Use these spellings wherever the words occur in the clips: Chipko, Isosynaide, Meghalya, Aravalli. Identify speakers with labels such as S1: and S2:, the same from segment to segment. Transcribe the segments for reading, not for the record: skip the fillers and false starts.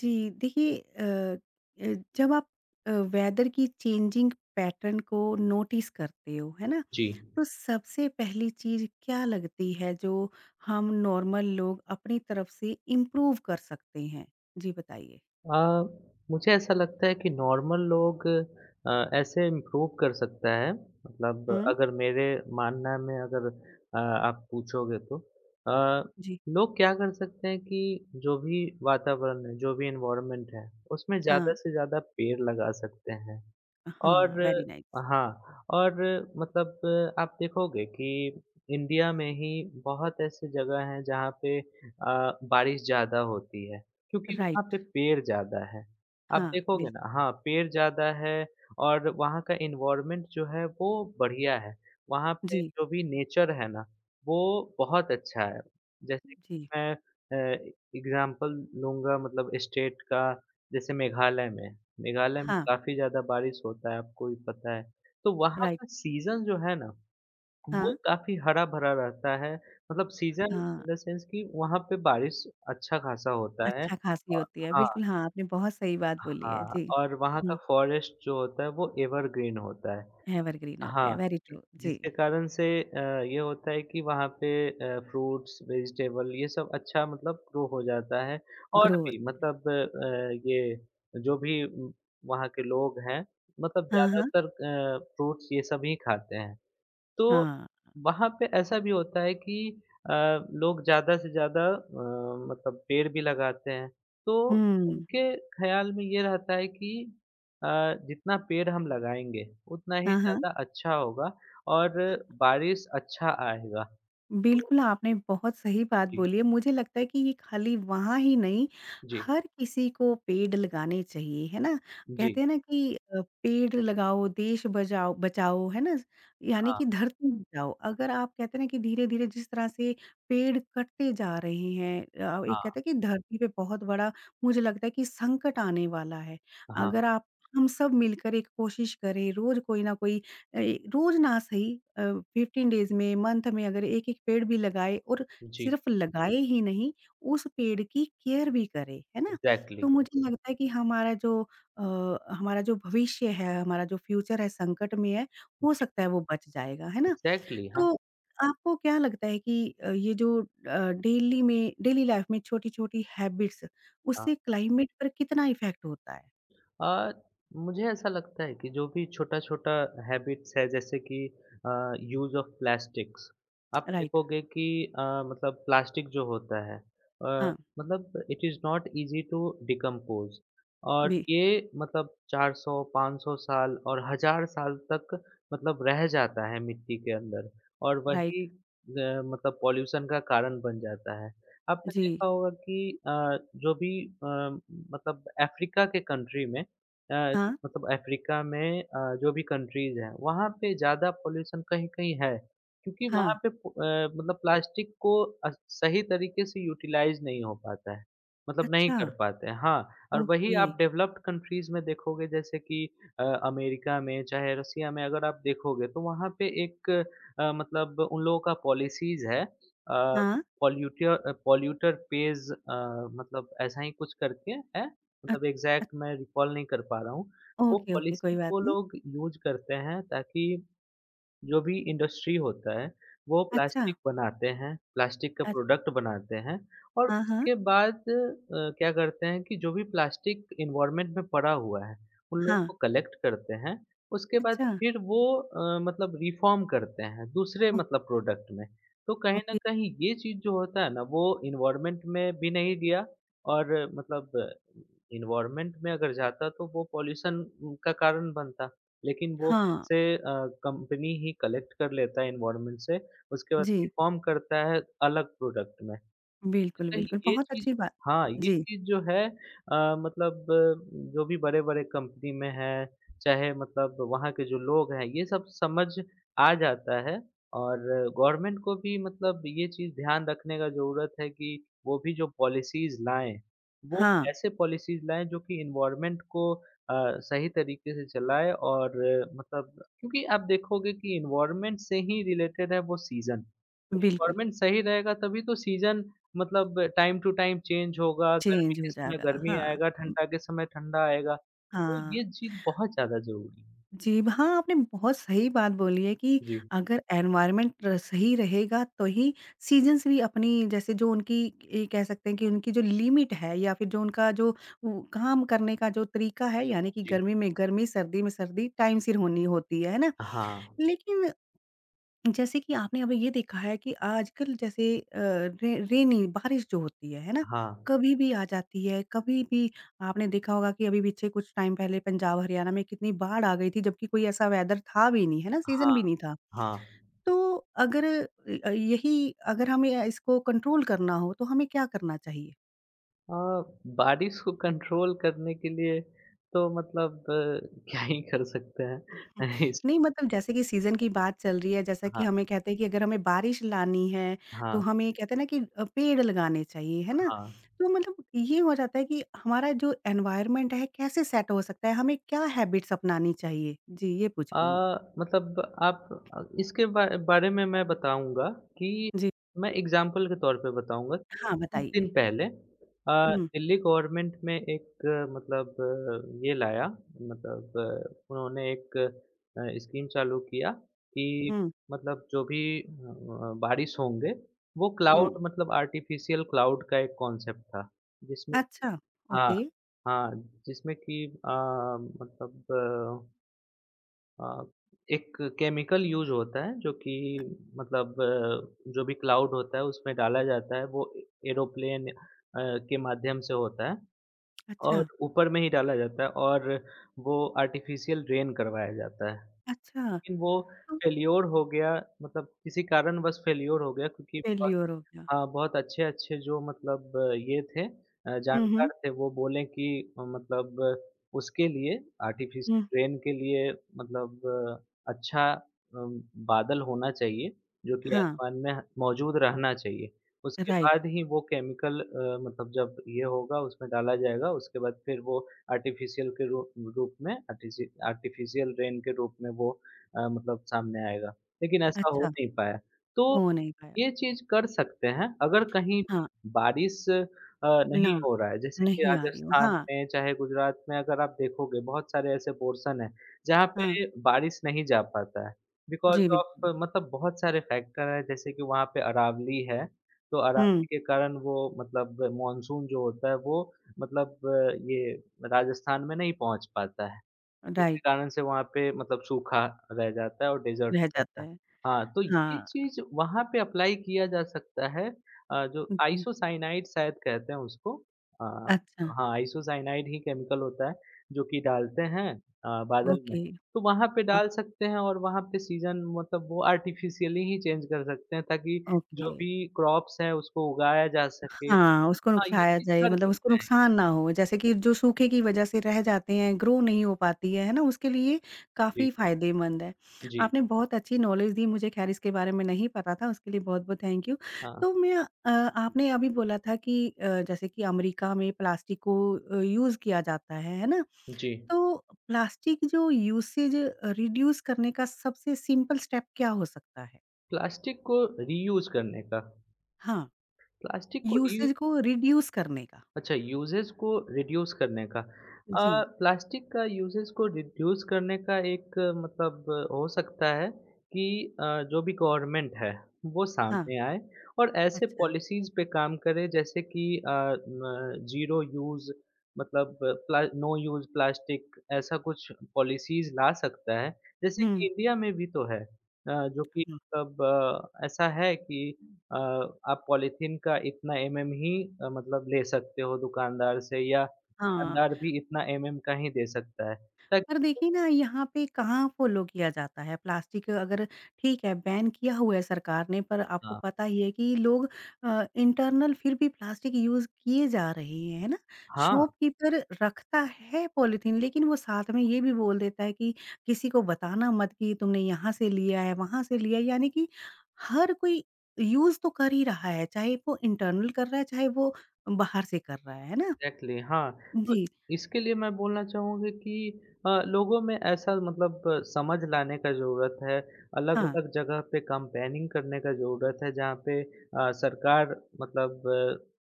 S1: जी, देखिए जब आप वेदर की चेंजिंग पैटर्न को नोटिस करते हो, है ना?
S2: जी।
S1: तो सबसे पहली चीज़ क्या लगती है जो हम नॉर्मल लोग अपनी तरफ से इम्प्रूव कर सकते हैं? जी बताइए?
S2: अ, मुझे ऐसा लगता है कि नॉर्मल लोग ऐसे इम्प्रूव कर सकता है मतलब
S1: हुँ,
S2: अगर मेरे मानना में अगर आप पूछोगे तो
S1: जी,
S2: लोग क्या कर सकते हैं कि जो भी वातावरण है, जो भी एनवायरनमेंट है, उसमें ज़्यादा
S1: हाँ,
S2: से ज़्यादा पेड़ लगा सकते हैं।
S1: हाँ,
S2: और
S1: वेरी नाइस।
S2: हाँ, और मतलब आप देखोगे कि इंडिया में ही बहुत ऐसी जगह हैं जहाँ पे बारिश ज़्यादा होती है, क्योंकि वहाँ
S1: राइट,
S2: पे पेड़ ज़्यादा है। आप
S1: हाँ,
S2: देखोगे
S1: बिल्कुल,
S2: ना हाँ, पेड़ ज़्यादा है और वहाँ का एनवायरनमेंट जो है वो बढ़िया है। वहाँ पे
S1: जी,
S2: जो भी नेचर है ना, वो बहुत अच्छा है। जैसे
S1: जी,
S2: कि मैं एग्ज़ाम्पल लूँगा मतलब स्टेट का, जैसे मेघालय में। मेघालय में
S1: हाँ,
S2: काफ़ी ज़्यादा बारिश होता है, आपको भी पता है। तो वहाँ
S1: राइट,
S2: का सीज़न जो है ना, वो
S1: हाँ,
S2: काफ़ी हरा-भरा रहता है। मतलब सीज़न
S1: हाँ,
S2: इन द सेंस कि वहाँ पे बारिश अच्छा खासा होता है।
S1: अच्छा खासी
S2: और
S1: होती है,
S2: हाँ,
S1: बिल्कुल हाँ, आपने बहुत सही बात बोली है,
S2: हाँ
S1: जी।
S2: और वहाँ का
S1: हुँ,
S2: फ़ॉरेस्ट जो होता है, वो एवरग्रीन होता है।
S1: एवरग्रीन होते हैं,
S2: हाँ,
S1: वेरी ट्रू, जी।
S2: जिसके कारण से ये होता है कि वहाँ पे फ्रूट्स, वेजिटेबल ये सब अच्छा मतलब ग्रो हो जाता है और
S1: ग्रोथ।
S2: भी मतलब ये जो भी वहाँ के लोग हैं, मतलब
S1: हाँ, हाँ।
S2: ज़्यादातर फ्रूट्स ये सब ही खाते हैं। तो
S1: हाँ।
S2: वहाँ पे ऐसा भी होता है कि अ, लोग ज़्यादा से ज़्यादा मतलब पेड़ भी लगाते हैं। तो
S1: हुँ।
S2: उनके ख़्याल में ये रहता है कि अ, जितना पेड़ हम लगाएँगे, उतना ही
S1: हाँ, हाँ।
S2: ज़्यादा अच्छा होगा और बारिश अच्छा आएगा। तो
S1: बिल्कुल, आपने बहुत सही बात
S2: जी,
S1: बोली है। मुझे लगता है कि ये खाली वहाँ ही नहीं,
S2: जी,
S1: हर किसी को पेड़ लगाने चाहिए, है ना?
S2: जी।
S1: कहते हैं ना कि पेड़ लगाओ, देश बजाओ बचाओ, है ना? यानी
S2: हाँ,
S1: कि धरती बचाओ। अगर आप कहते हैं ना कि धीरे-धीरे जिस तरह से पेड़ कटते जा रहे हैं, एक
S2: हाँ,
S1: कहते हैं कि धरती पे बहुत बड़ा मुझे लगता है कि संकट आने वाला है।
S2: हाँ।
S1: अगर आप हम सब मिलकर एक कोशिश करें, रोज़ कोई ना कोई, अ, रोज ना सही, अ, 15 डेज़ में, मंथ में अगर एक-एक पेड़ भी लगाए और
S2: जी,
S1: सिर्फ़ लगाए ही नहीं, उस पेड़ की केयर भी करें, है ना? तो
S2: एग्ज़ैक्टली।
S1: मुझे लगता है कि अ, हमारा जो भविष्य है, हमारा जो फ्यूचर है संकट में है, हो
S2: जी,
S1: सकता है वो बच जाएगा, है ना?
S2: एग्ज़ैक्टली। हाँ,
S1: तो आपको क्या लगता है कि ये जो डेली लाइफ़ में छोटी-छोटी हैबिट्स,
S2: हाँ।
S1: उससे क्लाइमेट पर कितना इफ़ेक्ट होता है?
S2: अ, मुझे ऐसा लगता है कि जो भी छोटा-छोटा हैबिट्स है जैसे कि अ, यूज़ ऑफ प्लास्टिक्स। आप
S1: राइट,
S2: देखोगे कि अ, मतलब प्लास्टिक जो होता है
S1: हाँ,
S2: मतलब it is not easy to decompose और
S1: जी,
S2: ये मतलब 400-500 साल और 1000 साल तक मतलब रह जाता है मिट्टी के अंदर और
S1: राइट,
S2: वही मतलब पॉल्यूशन का कारण बन जाता है। आपने
S1: जी,
S2: देखा होगा कि जो भी अ, मतलब अफ्रीका के कंट्री में अ,
S1: हाँ,
S2: मतलब अफ्रीका में जो भी कंट्रीज़ हैं, वहाँ पे ज़्यादा पॉल्यूशन कहीं-कहीं है। क्योंकि
S1: हाँ।
S2: वहाँ पे मतलब प्लास्टिक को अ, सही तरीके से यूटिलाइज़ नहीं हो पाता है, मतलब नहीं
S1: अच्छा,
S2: कर पाते हैं। हाँ, और वही
S1: ओके।
S2: आप डेवलप्ड कंट्रीज़ में देखोगे जैसे कि अ, अमेरिका में, चाहे रसिया में अगर आप देखोगे तो वहाँ पे एक मतलब उन लोगों का पॉलिसीज़ है
S1: हाँ,
S2: पॉल्यूटर पॉल्यूटर पेज़ मतलब ऐसा ही कुछ करके है।
S1: अच
S2: मतलब
S1: अच
S2: एग्ज़ैक्ट मैं रिकॉल नहीं कर पा रहा हूँ। वो
S1: ओके, ओके, कोई
S2: पॉलिसी
S1: बात
S2: वो
S1: नहीं।
S2: लोग यूज़ करते हैं ताकि जो भी इंडस्ट्री होता है, वो
S1: अच्छा,
S2: प्लास्टिक बनाते हैं, प्लास्टिक का
S1: अच
S2: प्रोडक्ट बनाते हैं और
S1: हाँ, हाँ,
S2: उसके बाद क्या करते हैं कि जो भी प्लास्टिक एनवायरनमेंट में पड़ा हुआ है, उन लोगों
S1: हाँ,
S2: को कलेक्ट करते हैं। उसके बाद
S1: अच्छा,
S2: फिर वो मतलब रिफ़ॉर्म करते हैं दूसरे
S1: ओ
S2: मतलब प्रोडक्ट में। तो कहीं न
S1: ओके,
S2: कहीं ये चीज़ जो होता है ना, वो एनवायरनमेंट में भी नहीं गया और मतलब एनवायरनमेंट में अगर जाता तो वो पॉल्यूशन का कारण बनता। लेकिन वो फिर
S1: हाँ,
S2: से कंपनी ही कलेक्ट कर लेता है एनवायरनमेंट से, उसके बाद
S1: जी,
S2: रिफ़ॉर्म करता है अलग प्रोडक्ट में।
S1: बिल्कुल,
S2: कहीं
S1: बिल्कुल,
S2: ये
S1: बहुत
S2: चीज़
S1: अच्छी बात,
S2: हाँ, ये
S1: जी,
S2: चीज़ जो है मतलब जो भी बड़े-बड़े कंपनी में है, चाहे मतलब वहाँ के जो लोग हैं, ये सब समझ आ जाता है और गवर्नमेंट को भी मतलब ये चीज़ ध्यान रखने का ज़रूरत है कि वो भी जो पॉलिसीज़ लाएँ, वो
S1: हाँ,
S2: ऐसे पॉलिसीज़ लाएँ जो कि एनवायरनमेंट को सही तरीके से चलाएँ और मतलब क्योंकि आप देखोगे कि एनवायरनमेंट से ही रिलेटेड है वो सीज़न। तो
S1: बिल्कुल,
S2: एनवायरनमेंट सही रहेगा तभी तो सीज़न मतलब टाइम टू टाइम चेंज होगा, गर्मी
S1: चेंज हो
S2: के समय
S1: जाएगा,
S2: गर्मी
S1: हाँ,
S2: आएगा,
S1: अम,
S2: ठंडा के समय ठंडा आएगा। तो
S1: हाँ।
S2: ये चीज़ बहुत ज़्यादा ज़रूरी है।
S1: जी, हाँ, आपने बहुत सही बात बोली है कि
S2: जी,
S1: अगर एनवायरनमेंट र सही रहेगा तो ही सीज़न्स भी अपनी जैसे जो उनकी ये कह सकते हैं कि उनकी जो लिमिट है या फिर जो उनका जो उ काम करने का जो तरीका है, यानी कि
S2: जी।
S1: गर्मी में गर्मी, सर्दी में सर्दी टाइम सिर होनी होती है ना?
S2: हाँ,
S1: लेकिन जैसे कि आपने अभी ये देखा है कि आजकल जैसे रेनी बारिश जो होती है ना,
S2: हाँ,
S1: कभी भी आ जाती है, कभी भी आपने देखा होगा कि अभी पीछे कुछ टाइम पहले पंजाब हरियाणा में कितनी बाढ़ आ गई थी, जबकि कोई ऐसा वेदर था भी नहीं, है ना, सीजन भी
S2: हाँ,
S1: नहीं था।
S2: हाँ।
S1: तो अगर, यही अगर हमें इसको कंट्रोल करना हो तो हमें क्या करना चाहिए?
S2: अ, बारिश को कंट्रोल करने के लिए तो मतलब क्या ही कर सकते हैं।
S1: हुँ।
S2: इस
S1: नहीं मतलब जैसे कि सीज़न की बात चल रही है, जैसा कि
S2: हाँ,
S1: हमें कहते हैं कि अगर हमें बारिश लानी है, तो
S2: हाँ,
S1: हमें कहते हैं ना कि पेड़ लगाने चाहिए, है ना?
S2: हाँ।
S1: तो मतलब ये हो जाता है कि हमारा जो एनवायरनमेंट है कैसे सेट हो सकता है, हमें क्या हैबिट्स अपनानी चाहिए? जी, ये पूछ रही हूँ मैं।
S2: मतलब आप इसके बा बारे में मैं बताऊँगा कि
S1: जी,
S2: मैं एग्ज़ाम्पल के तौर पे बताऊँगा कि
S1: हाँ
S2: कुछ
S1: बताइए।
S2: दिन पहले
S1: हुँ,
S2: दिल्ली गवर्नमेंट में एक मतलब ये लाया मतलब उन्होंने एक स्कीम चालू किया कि
S1: हुँ,
S2: मतलब जो भी बारिश होंगे वो क्लाउड
S1: हुँ।
S2: मतलब आर्टिफ़िशियल क्लाउड का एक कॉन्सेप्ट था। जिसमें
S1: अच्छा,
S2: हाँ,
S1: ओके।
S2: हाँ, जिसमें कि मतलब अ, एक केमिकल यूज़ होता है जो कि मतलब जो भी क्लाउड होता है उसमें डाला जाता है वो ए एरोप्लेन के माध्यम से होता है और
S1: अच्छा,
S2: ऊपर में ही डाला जाता है और वो आर्टिफ़िशियल रेन करवाया जाता है।
S1: अच्छा।
S2: लेकिन वो
S1: तो
S2: फ़ेल्योर हो गया मतलब किसी कारणवश फ़ेल्योर हो गया क्योंकि बहुत
S1: फेल्योर हो गया।
S2: हाँ, बहुत अच्छे-अच्छे जो मतलब ये थे
S1: हुँ, हुँ,
S2: जानकार थे वो बोले कि मतलब उसके लिए
S1: हुँ।
S2: आर्टिफ़िशियल रेन के लिए मतलब अच्छा अम, बादल होना चाहिए, जो कि
S1: हाँ,
S2: आसमान में मौजूद रहना चाहिए। उसके
S1: राइट।
S2: बाद ही वो केमिकल मतलब जब ये होगा उसमें डाला जाएगा, उसके बाद फिर वो आर्टिफ़िशियल के रू रूप में आर्टिसि आर्टिफ़िशियल रेन के रूप में वो मतलब सामने आएगा। लेकिन ऐसा हो
S1: अच्छा,
S2: नहीं पाया। तो
S1: हो नहीं पाया।
S2: ये चीज़ कर सकते हैं, अगर कहीं
S1: हाँ,
S2: बारिश नहीं
S1: ना,
S2: हो रहा है, जैसे कि
S1: नहीं आ रही हूँ।
S2: राजस्थान
S1: हाँ,
S2: में चाहे गुजरात में अगर आप देखोगे बहुत सारे ऐसे पोर्शन हैं, जहाँ
S1: हाँ।
S2: पे बारिश नहीं जा पाता है। बिकॉज़
S1: जी,
S2: ऑफ
S1: बिल्कुल।
S2: मतलब बहुत सारे फैक्टर हैं जैसे कि वहाँ पे अरावली है, तो
S1: हुँ,
S2: अरावली के कारण वो मतलब मानसून जो होता है वो मतलब ये राजस्थान में नहीं पहुँच पाता है। जिसके
S1: राइट,
S2: कारण से वहाँ पे मतलब सूखा रह जाता है और डेज़र्ट
S1: रह
S2: हो
S1: जाता
S2: जाता है।
S1: है।
S2: हाँ, तो ये
S1: हाँ,
S2: चीज़ वहाँ पे अप्लाई किया जा सकता है जो
S1: जी,
S2: आइसोसाइनाइड शायद कहते हैं उसको। अ,
S1: अच्छा,
S2: हाँ, आइसोसाइनाइड ही केमिकल होता है जो कि डालते हैं बादल में।
S1: ओके,
S2: तो वहाँ पे
S1: ओके,
S2: डाल सकते हैं और वहाँ पे सीज़न मतलब वो आर्टिफ़िशियली ही चेंज कर सकते हैं ताकि
S1: ओके।
S2: जो भी क्रॉप्स हैं उसको उगाया जा सके।
S1: हाँ, उसको
S2: हाँ, ये
S1: नुकसाया
S2: चीज़
S1: जाए
S2: कर
S1: मतलब उसको
S2: सकते हैं।
S1: नुकसान ना हो, जैसे कि जो सूखे की वजह से रह जाते हैं, ग्रो नहीं हो पाती है ना? उसके लिए
S2: जी,
S1: काफ़ी फ़ायदेमंद है।
S2: जी।
S1: आपने बहुत अच्छी नॉलेज दी मुझे, खैर इसके बारे में नहीं पता था, उसके लिए बहुत-बहुत थैंक यू।
S2: हाँ,
S1: तो मैं अ, आपने अभी बोला था कि जैसे कि अमेरिका में प्लास्टिक को यूज़ किया जाता है ना?
S2: जी।
S1: तो प्लास्टिक जो यूसेज रिड्यूस करने का सबसे सिंपल स्टेप क्या हो सकता है?
S2: प्लास्टिक को रीयूज़ करने का,
S1: हाँ।
S2: प्लास्टिक को रीयू
S1: यूसेज को रिड्यूस करने का?
S2: अच्छा यूज़ेज़ को रिड्यूस करने का।
S1: जी,
S2: प्लास्टिक का यूज़ेज़ को रिड्यूस करने का एक मतलब हो सकता है कि अ, जो भी गवर्नमेंट है वो
S1: हाँ।
S2: सामने आए और ऐसे
S1: अच्छा।
S2: पॉलिसीज़ पे काम करे जैसे कि म ज़ीरो यूज़ मतलब प्ला नो यूज़ प्लास्टिक ऐसा कुछ पॉलिसीज़ ला सकता है। जैसे
S1: हुँ।
S2: कि इंडिया में भी तो है जो कि
S1: हुँ।
S2: मतलब ऐसा है कि आप पॉलीथीन का इतना एमएम ही मतलब ले सकते हो दुकानदार से या
S1: हाँ।
S2: दुकानदार भी इतना एमएम का ही दे सकता है
S1: पर
S2: ताकि
S1: देखिए ना यहाँ पे कहाँ फॉलो किया जाता है, प्लास्टिक अगर ठीक है बैन किया हुआ है सरकार ने, पर आपको
S2: हाँ।
S1: पता ही है कि लोग इंटरनल फिर भी प्लास्टिक यूज किए जा रहे हैं, है ना?
S2: हाँ।
S1: शॉपकीपर रखता है पॉलिथीन, लेकिन वो साथ में ये भी बोल देता है कि किसी को बताना मत कि तुमने यहाँ से लिया है, वहां से लिया है, यानी कि हर कोई यूज तो कर ही रहा है, चाहे वो इंटरनल कर रहा है, चाहे वो बाहर से कर रहा है ना?
S2: एग्ज़ैक्टली हाँ, तो
S1: जी,
S2: इसके लिए मैं बोलना चाहूँगा कि लोगों में ऐसा मतलब समझ लाने का ज़रूरत है,
S1: हाँ,
S2: अलग-अलग जगह पे कैम्पेनिंग करने का ज़रूरत है, जहाँ पे सरकार मतलब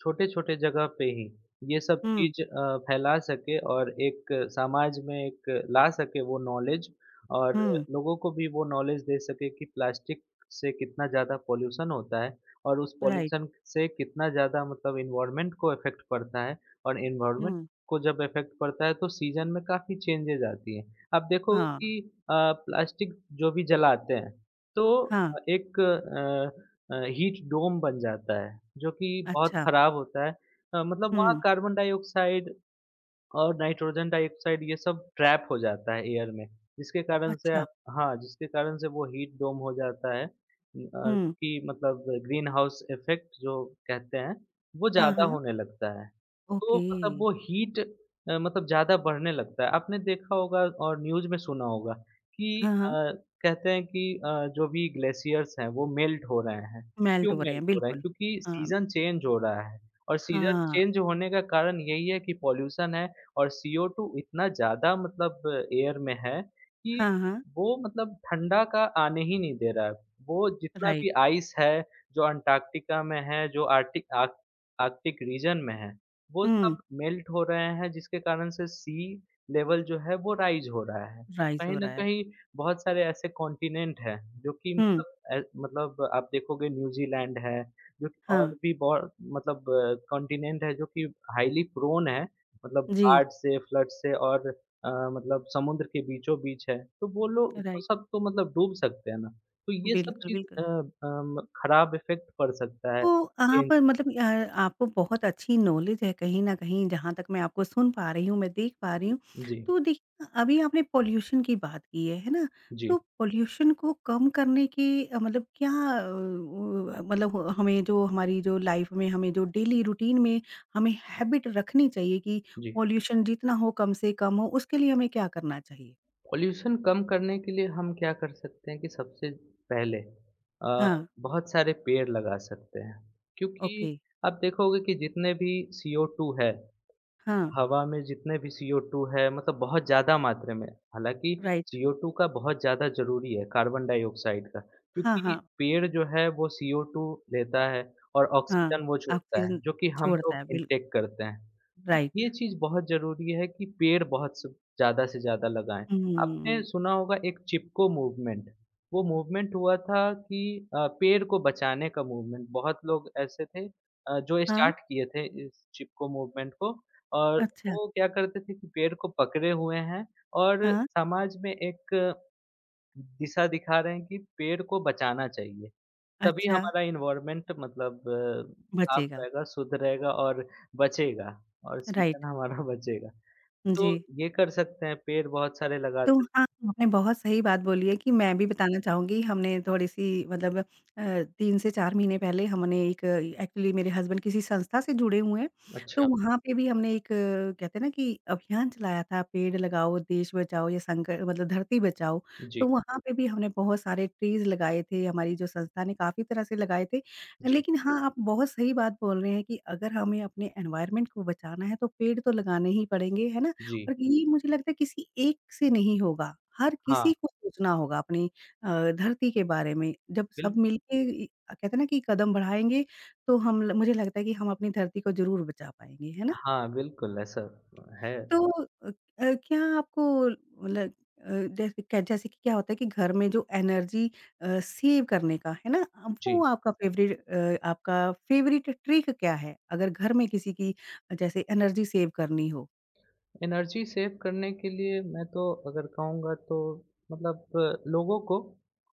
S2: छोटे-छोटे जगह पे ही ये सब
S1: हम्म,
S2: चीज़ फैला सके और एक समाज में एक ला सके वो नॉलेज और
S1: हम्म,
S2: लोगों को भी वो नॉलेज दे सके कि प्लास्टिक से कितना ज़्यादा पॉल्यूशन होता है और उस
S1: राइट,
S2: पॉल्यूशन से कितना ज़्यादा मतलब एनवायरनमेंट को इफ़ेक्ट पड़ता है। और एनवायरनमेंट को जब इफ़ेक्ट पड़ता है तो सीज़न में काफ़ी चेंजेज़ आती हैं। आप देखोगे
S1: हाँ,
S2: कि अ, प्लास्टिक जो भी जलाते हैं तो
S1: हाँ,
S2: एक हीट डोम बन जाता है जो कि बहुत
S1: अच्छा,
S2: ख़राब होता है। मतलब वहाँ
S1: हुँ,
S2: कार्बन डाइऑक्साइड और नाइट्रोजन डाइऑक्साइड ये सब ट्रैप हो जाता है एयर में, जिसके कारण से
S1: अच्छा,
S2: आप हाँ, जिसके कारण से वो हीट डोम हो जाता है।
S1: हुँ,
S2: क्योंकि मतलब ग्रीन हाउस इफ़ेक्ट जो कहते हैं, वो
S1: हाँ,
S2: ज़्यादा
S1: हाँ,
S2: होने लगता है। तो
S1: ओके,
S2: मतलब वो हीट मतलब ज़्यादा बढ़ने लगता है। आपने देखा होगा और न्यूज़ में सुना होगा कि
S1: हाँ, हाँ,
S2: कहते हैं कि जो भी ग्लेशियर्स हैं, वो मेल्ट हो रहे हैं।
S1: मेल्ट
S2: क्यों
S1: हो रहे हैं,
S2: मेल्ट हो रहे हैं?
S1: बिल्कुल,
S2: क्योंकि
S1: हाँ,
S2: सीज़न चेंज हो रहा है और सीज़न
S1: हाँ,
S2: चेंज होने का कारण यही है कि पॉल्यूशन है और CO2 इतना ज़्यादा मतलब एयर में है कि
S1: हाँ, हाँ,
S2: वो मतलब ठंडा का आने ही नहीं दे रहा है। वो जितना
S1: राइट,
S2: भी आइस है, जो अंटार्कटिका में है, जो आर्टिक आर्क आर्कटिक रीजन में है, वो
S1: हुँ,
S2: सब मेल्ट हो रहे हैं जिसके कारण से सी लेवल जो है वो राइज़ हो रहा है। तो
S1: राइज़ हो
S2: कहीं न
S1: रहा है,
S2: कहीं बहुत सारे ऐसे कॉन्टिनेंट हैं जो कि
S1: हुँ,
S2: मतलब मतलब आप देखोगे न्यूज़ीलैंड है, जो कि
S1: हाँ,
S2: और भी बहुत मतलब कॉन्टिनेंट है जो कि हाइली प्रोन है मतलब
S1: जी,
S2: बाढ़ से, फ्लड से और अ, मतलब समुद्र के बीचों-बीच है, तो वो लोग वो
S1: राइट,
S2: सब तो मतलब डूब सकते हैं ना। तो ये सब
S1: बिल्कुल,
S2: चीज़ अ,
S1: बिल्कुल।
S2: अम, खराब इफ़ेक्ट पड़ सकता है।
S1: तो आप मतलब, आपको बहुत अच्छी नॉलेज है कहीं न कहीं जहाँ तक मैं आपको सुन पा रही हूँ, मैं देख पा रही हूँ।
S2: जी,
S1: तो देखिए अभी आपने पॉल्यूशन की बात की है ना?
S2: जी, जी,
S1: तो पॉल्यूशन को कम करने के, मतलब क्या, अ, उ मतलब हमें जो हमारी जो लाइफ़ में हमें जो डेली रूटीन में हमें हैबिट रखनी चाहिए कि
S2: जी।
S1: पॉल्यूशन जितना हो कम से कम हो, उसके लिए हमें क्या करना चाहिए?
S2: पॉल्यूशन कम करने के लिए हम क्या कर सकते हैं कि सबसे पहले अ,
S1: हाँ,
S2: बहुत सारे पेड़ लगा सकते हैं। क्योंकि
S1: ओके,
S2: आप देखोगे कि जितने भी CO2 है
S1: हाँ,
S2: हवा में जितने भी CO2 है मतलब बहुत ज़्यादा मात्रा में, हालाँकि
S1: राइट,
S2: CO2 का बहुत ज़्यादा ज़रूरी है, कार्बन डाइऑक्साइड का,
S1: हाँ,
S2: क्योंकि
S1: हाँ,
S2: पेड़ जो है वो CO2 लेता है और
S1: हाँ,
S2: ऑक्सीजन वो छोड़ता है,
S1: ऑक्सीजन
S2: जो कि हम
S1: छोड़ता
S2: लोग
S1: है, बिल
S2: इनटेक करते हैं। तो ये
S1: राइट।
S2: चीज़ बहुत ज़रूरी है कि पेड़ बहुत स ज़्यादा से ज़्यादा लगाएँ। आपने
S1: हुँ,
S2: सुना होगा एक चिपको मूवमेंट, वो मूवमेंट हुआ था कि पेड़ को बचाने का मूवमेंट, बहुत लोग ऐसे थे जो
S1: हाँ,
S2: स्टार्ट किए थे इस चिपको मूवमेंट को और
S1: अच्छा,
S2: वो क्या करते थे कि पेड़ को पकड़े हुए हैं और
S1: हाँ,
S2: समाज में एक दिशा दिखा रहे हैं कि पेड़ को बचाना चाहिए। तभी
S1: अच्छा,
S2: हमारा एनवायरनमेंट मतलब साफ
S1: बचेगा,
S2: रहेगा, शुद्ध रहेगा और बचेगा और
S1: राइट,
S2: सीजन हमारा बचेगा।
S1: जी।
S2: तो ये कर सकते हैं, पेड़ बहुत सारे लगा
S1: तो
S2: सक
S1: हाँ, आपने बहुत सही बात बोली है कि मैं भी बताना चाहूँगी, हमने थोड़ी-सी मतलब, 3 से 4 महीने पहले हमने एक एक्चुअली मेरे हस्बैंड किसी संस्था से जुड़े हुए हैं, तो
S2: अच्छा,
S1: वहाँ पे भी हमने एक, कहते हैं ना कि अभियान चलाया था, पेड़ लगाओ, देश बचाओ या संक मतलब धरती बचाओ।
S2: जी,
S1: तो वहाँ पे भी हमने बहुत सारे ट्रीज़ लगाए थे, हमारी जो संस्था ने काफ़ी तरह से लगाए थे।
S2: जी,
S1: लेकिन हाँ, आप बहुत सही बात बोल रहे हैं कि अगर हमें अपने एनवायरनमेंट को बचाना है, तो पेड़ तो लगाने ही पड़ेंगे, है ना?
S2: जी।
S1: और ये मुझे लगता है किसी एक से नहीं होगा, हर
S2: हाँ,
S1: किसी को सोचना होगा अपनी अ, धरती के बारे में। जब सब
S2: बिल्क
S1: मिलके इ कहते हैं ना कि कदम बढ़ाएँगे तो हम ल मुझे लगता है कि हम अपनी धरती को ज़रूर बचा पाएँगे, है ना?
S2: हाँ, बिल्कुल ऐसा है।
S1: तो क्या आपको मतलब, जैसे कि क्या होता है कि घर में जो एनर्जी, सेव करने का, है ना? अब वो
S2: जी।
S1: आपका फ़ेवरेट ट्रिक क्या है? अगर घर में किसी की जैसे एनर्जी सेव करनी हो?
S2: एनर्जी सेव करने के लिए मैं तो अगर कहूँगा तो मतलब लोगों को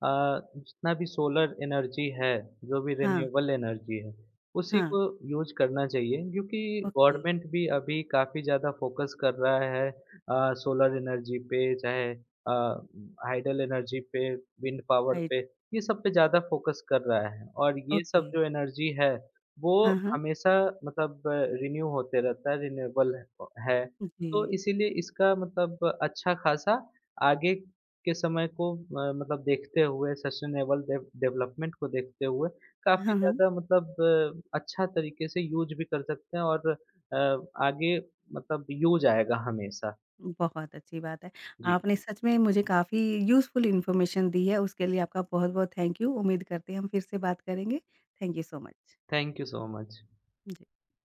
S2: अ, जितना भी सोलर एनर्जी है, जो भी
S1: हाँ,
S2: रिन्यूएबल एनर्जी है, उसी
S1: हाँ।
S2: को यूज़ करना चाहिए क्योंकि
S1: ओके,
S2: गवर्नमेंट भी अभी काफ़ी ज़्यादा फोकस कर रहा है सोलर एनर्जी पे चाहे हाइडल एनर्जी पे, विंड पावर
S1: राइट।
S2: पे, ये सब पे ज़्यादा फोकस कर रहा है और ये
S1: ओके।
S2: सब जो एनर्जी है, वो
S1: हाँ, हाँ।
S2: हमेशा मतलब रिन्यू होते रहता है, रिन्यूएबल है। है।
S1: जी।
S2: तो इसीलिए इसका मतलब अच्छा खासा आगे के समय को मतलब देखते हुए सस्टेनेबल डेवलपमेंट को देखते हुए काफ़ी
S1: हाँ, हाँ।
S2: ज़्यादा मतलब अच्छा तरीके से यूज़ भी कर सकते हैं और आगे मतलब यूज़ आएगा हमेशा।
S1: बहुत अच्छी बात है।
S2: जी,
S1: आपने सच में मुझे काफ़ी यूज़फुल इन्फॉर्मेशन दी है, उसके लिए आपका बहुत-बहुत थैंक यू। उम्मीद करते हैं हम फिर से बात करेंगे। Thank you so much.
S2: Thank you so much.
S1: Ji.